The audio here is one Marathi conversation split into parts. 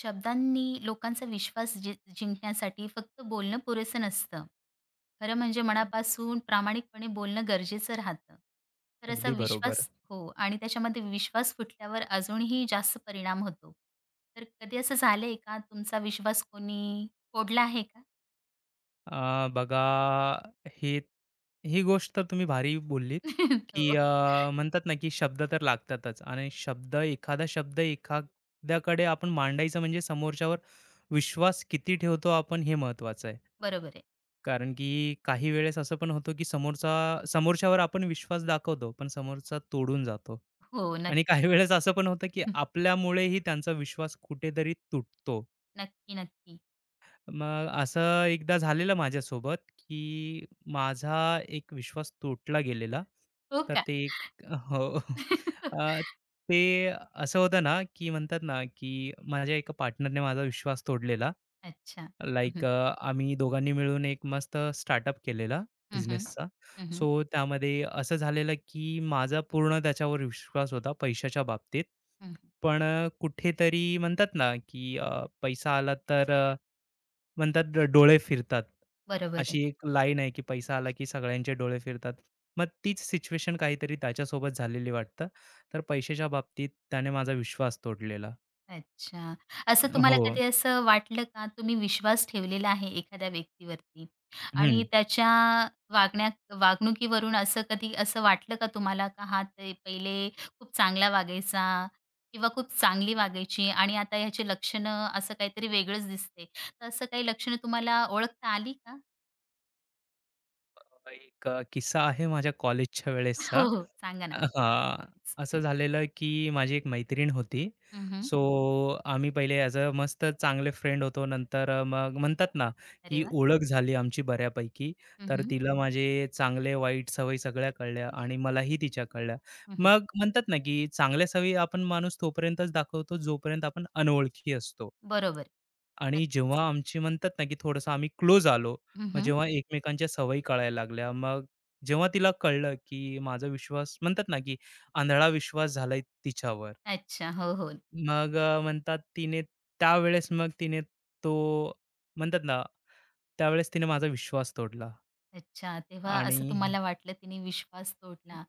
शब्दांनी लोकांचा विश्वास जिंकण्यासाठी फक्त बोलणं पुरेसं नसतं. खरं म्हणजे मनापासून प्रामाणिकपणे बोलणं गरजेचं राहतं. तर असा अगदी बरोबर. विश्वास हो आणि त्याच्यामध्ये विश्वास फुटल्यावर अजूनही जास्त परिणाम होतो. तर कधी असं झालंय का तुमचा विश्वास कोणी तोडला आहे का? अ, बघा, हे ही गोष्ट तुम्ही भारी बोललीत, की हो. म्हणतात ना, की शब्द तर लागतातच आणि शब्द एखाद्याकडे आपण मांडायचं म्हणजे समोरच्यावर विश्वास किती ठेवतो आपण हे महत्त्वाचं आहे. बरोबर आहे. कारण की काही वेळेस असं पण होतं, की समोरच्यावर आपण विश्वास दाखवतो, पण समोरचा तोडून जातो. हो, नक्की. आणि काही वेळेस असं पण होतं, की आपल्यामुळेही त्यांचा विश्वास कुठेतरी तुटतो. नक्की, नक्की. मग असं एकदा झालेलं माझ्यासोबत, की माझा एक विश्वास तुटला गेलेला. हो तर का? ते एक, हो. अ, ते असं होतं ना, की म्हणतात ना, की माझ्या एका पार्टनरने माझा विश्वास तोडलेला. अच्छा. हं, हं. लाइक आम्ही दोघांनी मिळून एक मस्त स्टार्टअप केलेला हं, हं. बिझनेसचा. हं, सो त्यामध्ये असं झालेलं की माझा पूर्ण त्याच्यावर विश्वास होता पैशाच्या बाबतीत. पण कुठेतरी म्हणतात ना की पैसा आला तर, म्हणतात डोळे फिरतात. बरोबर आहे. अशी एक लाईन आहे की पैसा आला की सगळ्यांचे डोळे फिरतात. मग तीच सिच्युएशन काहीतरी त्याच्यासोबत झालेली वाटतं. तर पैशाच्या बाबतीत त्याने माझा विश्वास तोडलेला. अच्छा. असं तुम्हाला हो. कधी असं वाटलं का, तुम्ही विश्वास ठेवलेला आहे एखाद्या व्यक्तीवरती आणि हं. त्याच्या वागण्या वागणुकीवरून असं कधी असं वाटलं का तुम्हाला का हा ते पहिले खूप चांगला वागायचा किंवा खूप चांगली वागायची आणि आता ह्याची लक्षणं असं काहीतरी वेगळंच दिसते. तर असं काही लक्षणं तुम्हाला ओळखता आली का? एक किस्सा आहे माझ्या कॉलेजच्या हो, वेळेसचा. हो. सांगा ना. हां, नक्कीच. असं झालेलं की माझी एक मैत्रीण होती. सो आम्ही पहिले ॲज अ मस्त चांगले फ्रेंड होतो. नंतर मग म्हणतात ना, अरे की वाह! ओळख झाली आमची बऱ्यापैकी. हं, तर हं. तिला माझे चांगले वाईट सवयी सगळ्या कळल्या आणि मलाही तिच्या कळल्या. मग म्हणतात ना, की चांगल्या सवयी आपण माणूस तोपर्यंतच दाखवतो जोपर्यंत आपण अनोळखी असतो. बरोबर. आणि नक्कीच. जेव्हा आमची म्हणतात ना, की थोडंसं आम्ही क्लोज आलो, मग हं, जेव्हा एकमेकांच्या सवयी कळायला लागल्या, मग जेव्हा तिला कळलं, की माझा विश्वास म्हणतात ना, की आंधळा विश्वास झालाय तिच्यावर. अच्छा. हो, हो. मग म्हणतात तिने तो म्हणतात ना, त्यावेळेस तिने माझा विश्वास तोडला अच्छा, तेव्हा आणि असं तुम्हाला वाटलं तिने विश्वास तोडला.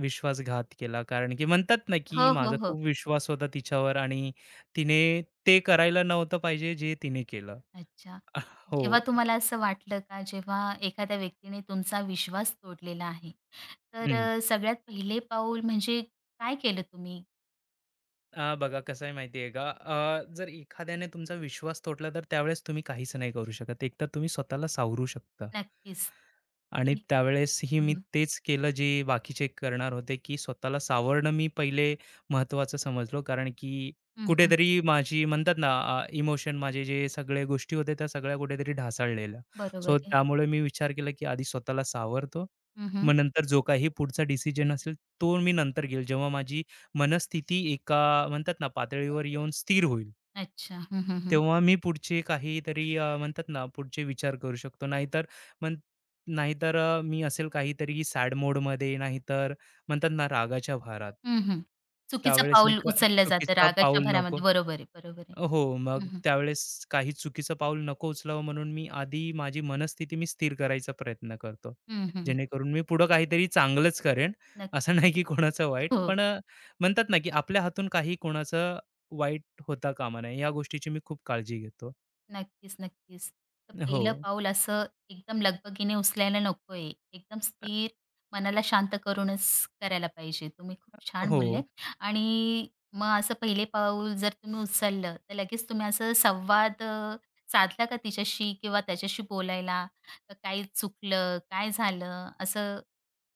विश्वासघात केला. कारण की म्हणतात ना, की हो, माझा हो, हो. खूप विश्वास होता तिच्यावर आणि तिने ते करायला नव्हतं पाहिजे जे तिने केलं. अच्छा. हो. जेव्हा तुम्हाला असं वाटलं का, जेव्हा एखाद्या व्यक्तीने तुमचा विश्वास तोडलेला आहे, तर हं. सगळ्यात पहिले पाऊल म्हणजे काय केलं तुम्ही? बघा कसं आहे माहिती आहे का, जर एखाद्याने तुमचा विश्वास तोडला तर त्यावेळेस तुम्ही काहीच नाही करू शकत. एक तर तुम्ही स्वतःला सावरू शकता. नक्कीच. आणि त्यावेळेसही हं, मी हं, तेच केलं जे बाकीचे करणार होते, की स्वतःला सावरणं मी पहिले महत्त्वाचं समजलो. कारण की हं, कुठेतरी माझी म्हणतात ना, इमोशन माझे जे सगळ्या गोष्टी होत्या त्या सगळ्या कुठेतरी ढासळलेल्या. बरोबर सो आहे. त्यामुळे मी विचार केला, की आधी स्वतःला सावरतो. हं, हं. मग नंतर जो काही पुढचा डिसिजन असेल तो मी नंतर घेईल. जेव्हा माझी मनस्थिती एका म्हणतात ना पातळीवर येऊन स्थिर होईल. अच्छा. हं, हं, हं. तेव्हा मी पुढचे काहीतरी, म्हणतात ना, पुढचे विचार करू शकतो. म्हण नाहीतर मी असेल काहीतरी सॅड मोडमध्ये, नाहीतर म्हणतात ना, रागाच्या भारात. हं, हं. चुकीचं त्यावेळेस मी पाऊल का उचललं जातं चुकीचा रागाच्या पाऊल नको भरामध्ये. बरोबर आहे, बरोबर आहे. हो, हं, मग हं. त्यावेळेस काही चुकीचं पाऊल नको उचलावं म्हणून मी आधी माझी मनस्थिती स्थिर करायचा प्रयत्न करतो. हं, हं. जेणेकरून मी पुढं काहीतरी चांगलंच करेन. असं नक्कीच. नाही की कोणाचं वाईट. हो. पण म्हणतात ना, की आपल्या हातून काही कोणाचं वाईट होता कामा नये. या गोष्टीची मी खूप काळजी घेतो. नक्कीच, नक्कीच. तर हो, पहिलं पाऊल असं एकदम लगबगीने उचलायला नकोय. एकदम स्थिर, मनाला शांत करूनच करायला पाहिजे. तुम्ही खूप छान हो. बोलले आणि मग असं पहिले पाऊल जर तुम्ही उचललं, तर लगेच तुम्ही असं संवाद साधला का तिच्याशी किंवा त्याच्याशी बोलायला? का काय चुकलं? काय झालं? असं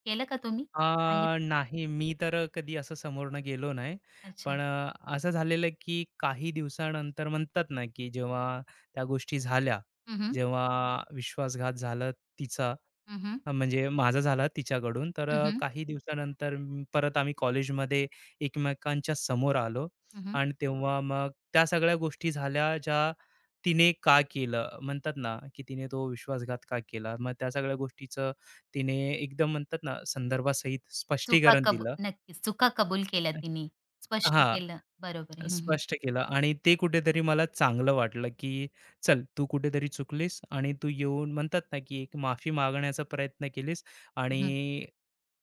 केलं का तुम्ही? अ, सांगितलं? नाही, मी तर कधी असं समोरनं गेलो नाही. पण अच्छा. असं झालेलं की काही दिवसानंतर म्हणतात ना, की जेव्हा त्या गोष्टी झाल्या, हं, हं. जेव्हा विश्वासघात झाला तिचा, हं, हं. हां, म्हणजे माझा झाला तिच्याकडून. तर काही दिवसानंतर परत आम्ही कॉलेजमध्ये एकमेकांच्या समोर आलो आणि तेव्हा मग त्या सगळ्या गोष्टी झाल्या ज्या तिने का केलं, म्हणतात ना, की तिने तो विश्वासघात का केला? मग त्या सगळ्या गोष्टीचं तिने एकदम म्हणतात ना, संदर्भासहित चुका स्पष्टीकरण कब दिलं. नक्कीच. चुका कबूल केल्या तिने. स्पष्ट हां. केलं. बरोबर आहे. स्पष्ट केलं आणि ते कुठेतरी मला चांगलं वाटलं, की चल तू कुठेतरी चुकलीस आणि तू येऊन म्हणतात ना, की एक माफी मागण्याचा प्रयत्न केलीस हं, हं. आणि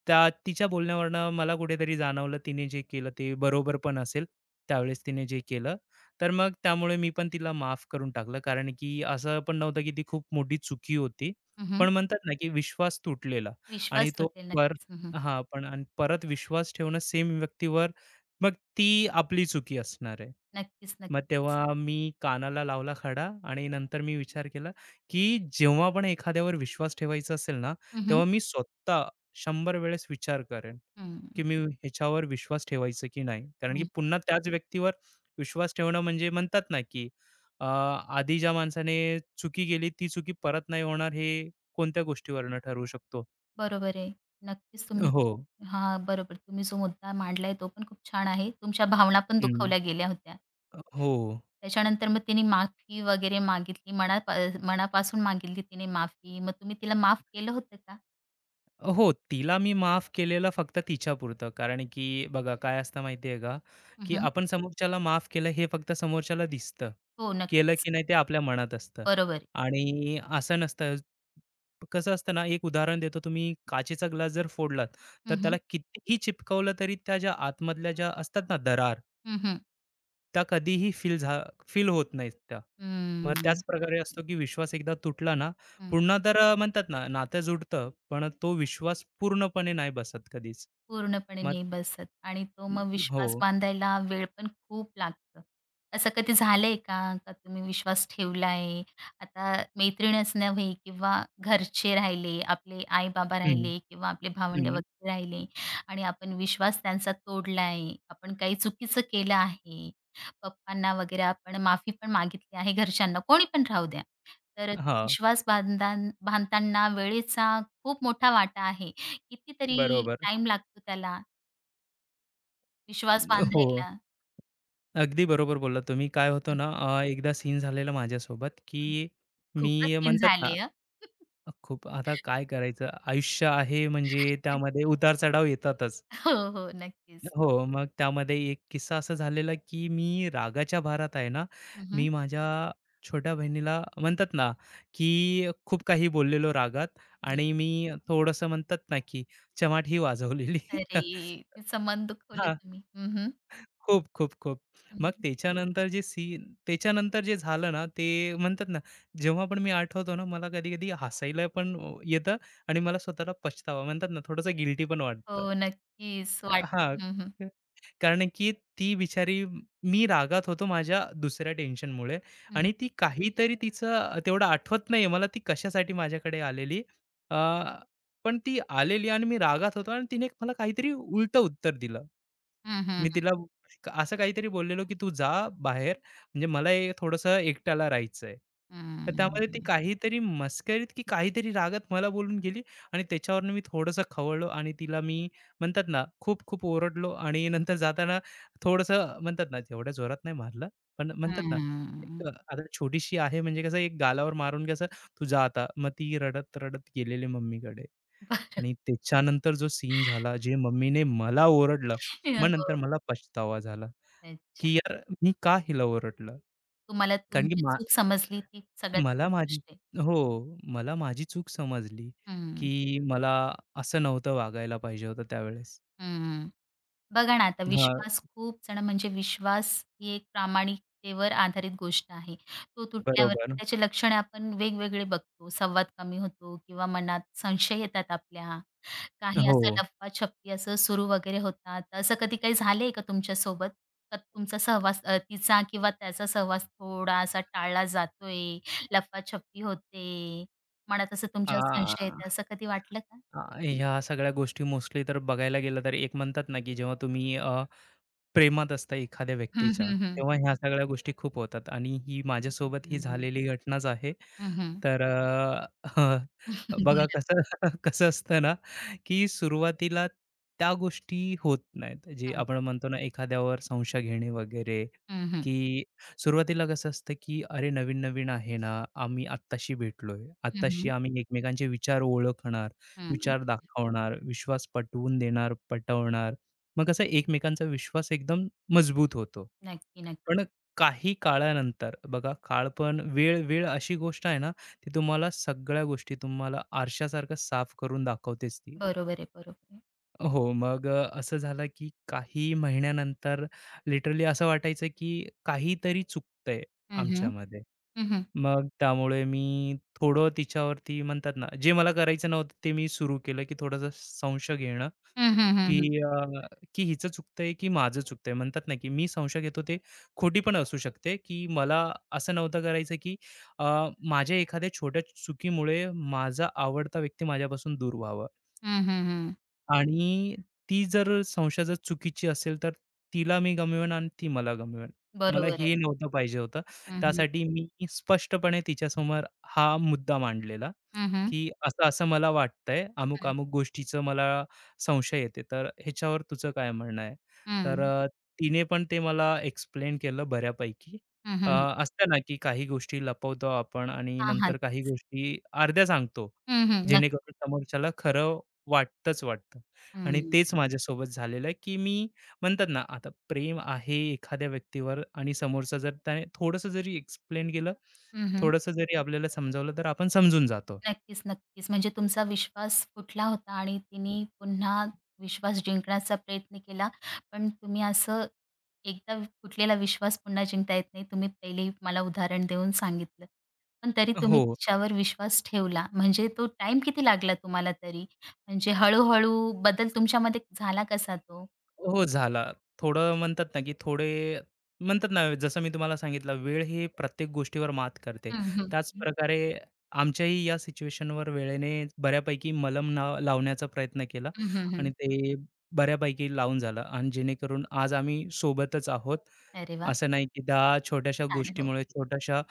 त्या तिच्या बोलण्यावरनं मला कुठेतरी जाणवलं तिने जे केलं ते बरोबर पण असेल. त्यावेळेस तिने जे केलं, तर मग त्यामुळे मी पण तिला माफ करून टाकलं. कारण की असं पण नव्हतं, की ती खूप मोठी चुकी होती. हं, हं. पण म्हणतात ना, की विश्वास तुटलेला आणि विश्वास तो तुटेल पर नक्कीच. हं, हं. हां, पण आणि परत विश्वास ठेवणं सेम व्यक्तीवर मग ती आपली चुकी असणार आहे. नक्कीच, मग नक्कीच. तेव्हा मी कानाला लावला खडा आणि नंतर मी विचार केला, की जेव्हा पण एखाद्यावर विश्वास ठेवायचा असेल ना, हं, हं. तेव्हा मी स्वतः 100 वेळेस विचार करेन, हं, की मी ह्याच्यावर विश्वास ठेवायचा की नाही. कारण की हं. पुन्हा त्याच व्यक्तीवर विश्वास ठेवणं म्हणजे म्हणतात ना, की आधी ज्या माणसाने चुकी केली ती चुकी परत नाही होणार हे कोणत्या गोष्टीवरनं ठरवू शकतो. बरोबर आहे. नक्कीच तुम्ही हो. हां, बरोबर. तुम्ही जो मुद्दा मांडलाय तो पण खूप छान आहे. तुमच्या भावना पण हं. दुखावल्या गेल्या होत्या. हो. त्याच्यानंतर मग तिने माफी वगैरे मागितली. मनापासून मागितली तिने माफी. मग तुम्ही तिला माफ केलं होतं का? हो, तिला मी माफ केलेलं फक्त तिच्यापुरतं. कारण की बघा काय असतं माहिती का, हं, की हं. आपण समोरच्याला माफ केलं हे फक्त समोरच्याला दिसतं. हो, केलं नक्कीच. की नाही ते आपल्या मनात असतं बरोबर आहे. आणि असं नसतं. कसं असतं ना, एक उदाहरण देतो. तुम्ही काचेचा ग्लास जर फोडलात, हं, तर हं. त्याला कितीही चिपकवलं तरी त्या ज्या आतमधल्या ज्या असतात ना दरार, हं, हं. त्या कधीही फील होत नाहीत त्या. मग त्याच हं. प्रकारे नक्की. असतो, की विश्वास एकदा तुटला ना, हं. पुन्हा तर म्हणतात ना, नातं जुडतं, पण तो विश्वास पूर्णपणे नाही बसत कधीच. पूर्णपणे मग नाही बसत आणि तो मग हो. विश्वास बांधायला वेळ पण खूप लागतो. असं कधी झालंय का? का तुम्ही विश्वास ठेवलाय? आता मैत्रीणच नव्हे किंवा घरचे राहिले, आपले आई-बाबा हं, राहिले किंवा आपले भावंडे हं. वगैरे राहिले आणि आपण विश्वास त्यांचा तोडलाय, आपण काही चुकीचं केलं आहे. पप्पांना वगैरे आपण माफी पण मागितली आहे घरच्यांना, कोणी पण राहू द्या. तर हां, विश्वास बांधताना वेळेचा खूप मोठा वाटा आहे. कितीतरी बरोबर. टाईम लागतो त्याला विश्वास हो, बांधायला. अगदी बरोबर बोललात तुम्ही. काय होतं हं, ना, एकदा सीन झालेला माझ्यासोबत, की हं. मी खूपच सीन म्हणतात ना, झाले हं. खूप आता काय करायचं? आयुष्य आहे म्हणजे त्यामध्ये नक्कीच. उतार-चढाव येतातच. हो, हो. नक्कीच. हो, मग त्यामध्ये एक किस्सा असा झालेला, की मी रागाच्या भारात आहे ना, हं, हं. मी माझ्या छोट्या बहिणीला म्हणतात ना, की खूप काही बोललेलो रागात आणि मी थोडंसं म्हणतात ना, की चमाटही वाजवलेली. अरे! तिचं मन दुखवलं हां, तुम्ही. हं, हं. खूप, खूप, खूप. हं, मग हं. त्याच्यानंतर जे झालं ना, ते म्हणतात ना, जेव्हा पण मी आठवतो ना, मला कधी-कधी हसायला पण येतं आणि मला स्वतःला पछतावा म्हणतात ना, थोडंसं गिल्टी पण हो, वाटतं. नक्कीच वाट अ, हं, हं. कारण की ती बिचारी, मी रागात होतो माझ्या दुसऱ्या टेन्शनमुळे हं. आणि ती काहीतरी तिचं तेवढं आठवत नाहीये मला ती कशासाठी माझ्याकडे आलेली. अ, पण ती आलेली आणि मी रागात होतो आणि तिने मला काहीतरी उलटं उत्तर दिलं. हं, मी हं. तिला असं काहीतरी बोललेलो, की "तू जा बाहेर, म्हणजे मला हे थोडंसं एकट्याला राहायचंय." तर त्यामध्ये ती हं. काहीतरी मस्करीत की काहीतरी रागात मला बोलून गेली आणि त्याच्यावरून मी थोडंसं खवळलो आणि तिला मी म्हणतात ना, खूप-खूप ओरडलो आणि नंतर जाताना थोडंसं म्हणतात ना, तेवढ्या जोरात नाही मारलं, पण म्हणतात ना, हं. एक आता छोटीशी आहे म्हणजे कसं एक गालावर मारून कसं, "तू जा आता." मग ती रडत-रडत गेलेली मम्मीकडे बरोबर. आणि त्याच्यानंतर जो सीन झाला, जे मम्मीने मला ओरडलं, मग नंतर हो. मला पछतावा झाला, अच्छा. की यार मी का हिला ओरडलं? तुम्हाला कारण की तुमची मा चूक समजली ती सगळ्यात मला मोठी माझी गोष्ट आहे. हो, मला माझी चूक समजली, हं. की मला असं नव्हतं वागायला पाहिजे होतं त्यावेळेस. हं. बघा ना आता हां, विश्वास खूप जण म्हणजे विश्वास ही एक प्रामाणिकतेवर आधारित गोष्ट आहे. तो तुटल्यावरती बरोबर. त्याचे लक्षणे आपण वेगवेगळे बघतो. संवाद कमी होतो किंवा मनात संशय येतात आपल्या. काही हो. असं लफाछपी असं सुरू वगैरे होतात. तर असं कधी काही झालंय का तुमच्यासोबत? का तुमचा सहवास तिचा किंवा त्याचा सहवास थोडासा टाळला जातोय, लफाछपी होते, मनात असं तुमच्यावर हां, संशय हां. येते असं कधी वाटलं का? ह्या सगळ्या गोष्टी मोस्टली तर बघायला गेलं तर एक म्हणतात ना, की जेव्हा तुम्ही प्रेमात असता एखाद्या हं, व्यक्तीच्या, हं, हं, तेव्हा हं. ह्या सगळ्या गोष्टी खूप होतात आणि ही हं, माझ्यासोबत ही हं. झालेली घटनाच आहे. हं, हं. तर बघा कसं कसं असतं ना, की सुरुवातीला त्या गोष्टी होत नाहीत. जे आपण म्हणतो ना, एखाद्यावर संशय घेणे वगैरे, हं, हं. की सुरुवातीला कसं असतं, की "अरे, नवीन-नवीन आहे ना, आम्ही आत्ताशी भेटलोय. हं, आत्ताशी हं. आम्ही एकमेकांचे विचार ओळखणार, हं. विचार दाखवणार, विश्वास पटवून देणार, पटवणार." मग कसं एकमेकांचा विश्वास एकदम मजबूत होतो. नक्की, नक्की. पण काही काळानंतर बघा, काळ पण वेळ वेळ अशी गोष्ट आहे ना ती तुम्हाला सगळ्या गोष्टी तुम्हाला आरशासारखं साफ करून दाखवतेच ती. बरोबर आहे, बरोबर आहे. हो, मग असं झालं की काही महिन्यानंतर लिटरली असं वाटायचं की काहीतरी चुकतंय हं, हं. आमच्यामध्ये. हं, हं. मग त्यामुळे मी थोडं तिच्यावरती म्हणतात ना, जे मला करायचं नव्हतं ते मी सुरू केलं की थोडासा संशय घेणं, हं, हं, हं, की हं. अ, की हिचं चुकतंय की माझं चुकतंय. म्हणतात ना, की मी संशय घेतो ते खोटी पण असू शकते, की मला असं नव्हतं करायचं की अ, माझ्या एखाद्या छोट्या चुकीमुळे माझा आवडता व्यक्ती माझ्यापासून दूर व्हावा. हं, हं, हं. आणि ती जर संशय जर चुकीची असेल, तर तिला मी गमावेन आणि ती मला गमावेन. मला बरोबर आहे. हे नव्हतं पाहिजे होतं. हं, हं. त्यासाठी मी स्पष्टपणे तिच्यासमोर हा मुद्दा मांडलेला, हं, हं. की असं-असं मला वाटतंय, हं. अमुक-अमुक गोष्टीचं मला संशय येते, तर ह्याच्यावर तुझं काय म्हणणं आहे? तर हं. तिने पण ते मला एक्सप्लेन केलं बऱ्यापैकी. हं, अ, हं. असतं ना, की काही गोष्टी लपवतो आपण आणि हां, हां. नंतर काही तेच. गोष्टी अर्ध्या सांगतो, हं, हं. नक्की. जेणेकरून समोरच्याला खरं वाटतंच वाटतं. आणि हं. तेच माझ्यासोबत झालेलं आहे, की मी म्हणतात ना, आता प्रेम आहे एखाद्या व्यक्तीवर आणि समोरचा जर त्याने थोडंसं जरी एक्सप्लेन केलं, हं, हं. थोडंसं जरी आपल्याला समजावलं, तर आपण समजून जातो. नक्कीच, नक्कीच. म्हणजे तुमचा विश्वास फुटला होता आणि तिने पुन्हा विश्वास जिंकण्याचा प्रयत्न केला. पण तुम्ही असं एकदा फुटलेला विश्वास पुन्हा जिंकता येत नाही. तुम्ही पहिले मला उदाहरण देऊन सांगितलं. पण तरी तुम्ही हो, तिच्यावर विश्वास ठेवला. म्हणजे तो टाईम किती लागला तुम्हाला तरी? म्हणजे हळू बदल तुमच्यामध्ये झाला कसा तो? हो, झाला. थोडं म्हणतात ना, की थोडे म्हणतात ना, जसं मी तुम्हाला सांगितलं, वेळ ही प्रत्येक गोष्टीवर मात करते. हं, हं. त्याचप्रकारे आमच्याही या सिच्युएशनवर वेळेने बऱ्यापैकी मलम ना लावण्याचा प्रयत्न केला हं, हं, आणि हं. ते बऱ्यापैकी लावून झालं आणि जेणेकरून आज आम्ही सोबतच आहोत. अरे वाह! असं नाही की 10 छोट्याशा छान. हो. गोष्टीमुळे, छोट्याशा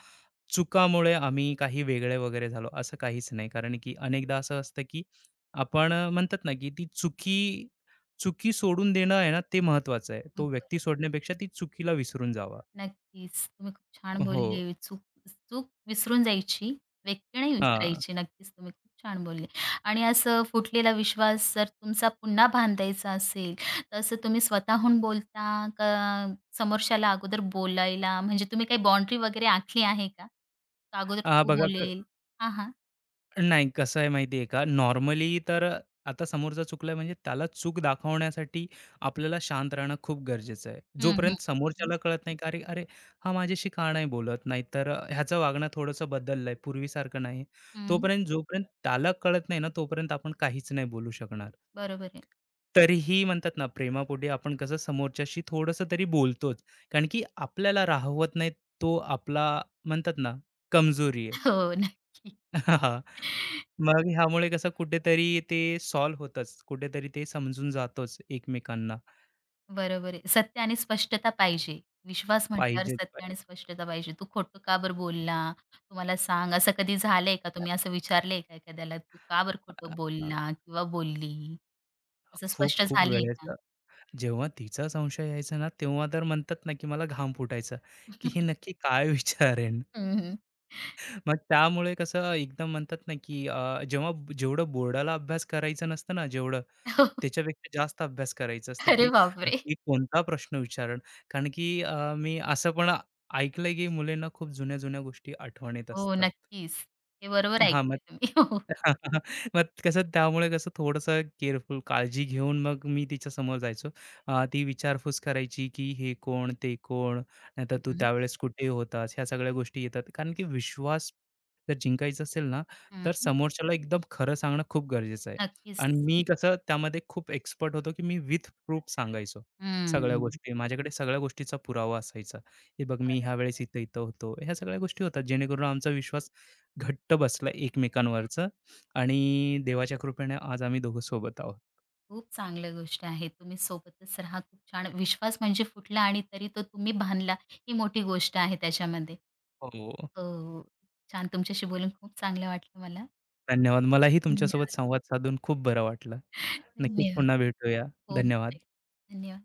चुकामुळे आम्ही काही वेगळे वगैरे झालो, असं काहीच नाही. कारण की अनेकदा असं असतं की आपण म्हणतात ना की ती चुकी चुकी सोडून देणं आहे ना, ते महत्त्वाचं आहे. तो व्यक्ती बरोबर. सोडण्यापेक्षा ती चुकीला विसरून जावा. नक्कीच. तुम्ही खूप छान हो. बोलले. चूक चूक विसरून जायची, व्यक्ती नाही हां. विसरायची. नक्कीच तुम्ही खूप छान बोलले. आणि असं फुटलेला विश्वास जर तुमचा पुन्हा बांधायचा असेल, तर असं तुम्ही स्वतःहून बोलता का समोरच्याला अगोदर बोलायला म्हणजे तुम्ही काही बाउंडरी वगैरे आखली आहे का? का अगोदर हां, तू बघा, बोलेल? हां, हां. नाही, कसं आहे माहिती आहे का, नॉर्मली तर आता समोरचा चुकलाय म्हणजे त्याला चूक दाखवण्यासाठी आपल्याला शांत राहणं खूप गरजेचं आहे. हं, हं. जोपर्यंत समोरच्याला कळत नाही, की "अरे, अरे, हा माझ्याशी का नाही बोलत? नाहीतर ह्याचं वागणं थोडंसं बदललंय, पूर्वीसारखं नाही." हं, हं. तोपर्यंत जोपर्यंत त्याला कळत नाही ना, तोपर्यंत आपण काहीच नाही बोलू शकणार. बरोबर आहे. तरीही म्हणतात ना, प्रेमापोटी आपण कसं समोरच्याशी थोडंसं तरी बोलतोच. कारण की आपल्याला राहवत नाही, तो आपला म्हणतात ना, कमजोरी आहे. हो, नक्की. मग ह्यामुळे कसं कुठेतरी ते सॉल्व्ह होतंच. कुठेतरी ते समजून जातोच एकमेकांना. बरोबर आहे. सत्य आणि स्पष्टता पाहिजे. विश्वास म्हटल्यावर पाहिजेत सत्य पण आणि स्पष्टता पाहिजे. तू खोटं का बरं बोलला? तू सांग. असं कधी झालंय का? तुम्ही असं विचारलंय का एखाद्याला, "तू का बरं अ, खोटं अ, बोलला किंवा बोलली?" असं खूप स्पष्ट खूप झालंय वेळेस, का? जेव्हा तिचा संशय यायचा ना, तेव्हा तर म्हणतात ना, की मला घाम फुटायचा, की हे नक्की काय विचारेन? हं, मग त्यामुळे कसं एकदम म्हणतात ना, की अ, जेव्हा जेवढं बोर्डाला अभ्यास करायचं नसतं ना, जेवढं त्याच्यापेक्षा जास्त अभ्यास करायचं असतं, अरे की बापरे! नक्की कोणता प्रश्न विचारेन? कारण की मी असं पण ऐकलंय, की मुलींना खूप जुन्या-जुन्या गोष्टी आठवण येत हो, असतात. नक्कीच. हे बरोबर हां, मग ऐकलंय तुम्ही. हो. मग कसं त्यामुळे कसं थोडंसं केअरफुल काळजी घेऊन मग मी तिच्यासमोर जायचो. ती विचारपूस करायची, की "हे कोण? ते कोण? नाहीतर हं, तू हं. त्यावेळेस कुठे होतास?" ह्या सगळ्या गोष्टी येतात. कारण की विश्वास जर जिंकायचा असेल ना, तर समोरच्याला एकदम खरं सांगणं खूप गरजेचं आहे. नक्कीच. आणि मी कसं त्यामध्ये खूप एक्सपर्ट होतो, की मी विथ प्रूफ सांगायचो सगळ्या हं. गोष्टी. माझ्याकडे सगळ्या गोष्टीचा पुरावा असायचा. "हे बघ, मी बरोबर. ह्यावेळेस इथं, इथं होतो." ह्या सगळ्या गोष्टी होतात जेणेकरून आमचा विश्वास घट्ट बसलं एकमेकांवरचं आणि देवाच्या कृपेने आज आम्ही दोघं सोबत आहोत. खूप चांगली गोष्ट आहे. तुम्ही सोबतच राहा. खूप छान विश्वास म्हणजे फुटला आणि तरी तो तुम्ही बांधला, ही मोठी गोष्ट आहे त्याच्यामध्ये. हो. हो. छान तुमच्याशी बोलून खूप चांगलं वाटलं मला. धन्यवाद. मलाही तुमच्यासोबत धन्यवाद. संवाद साधून खूप बरं वाटलं. नक्कीच धन्यवाद. पुन्हा भेटूया. हो, हो. धन्यवाद. नक्की. धन्यवाद.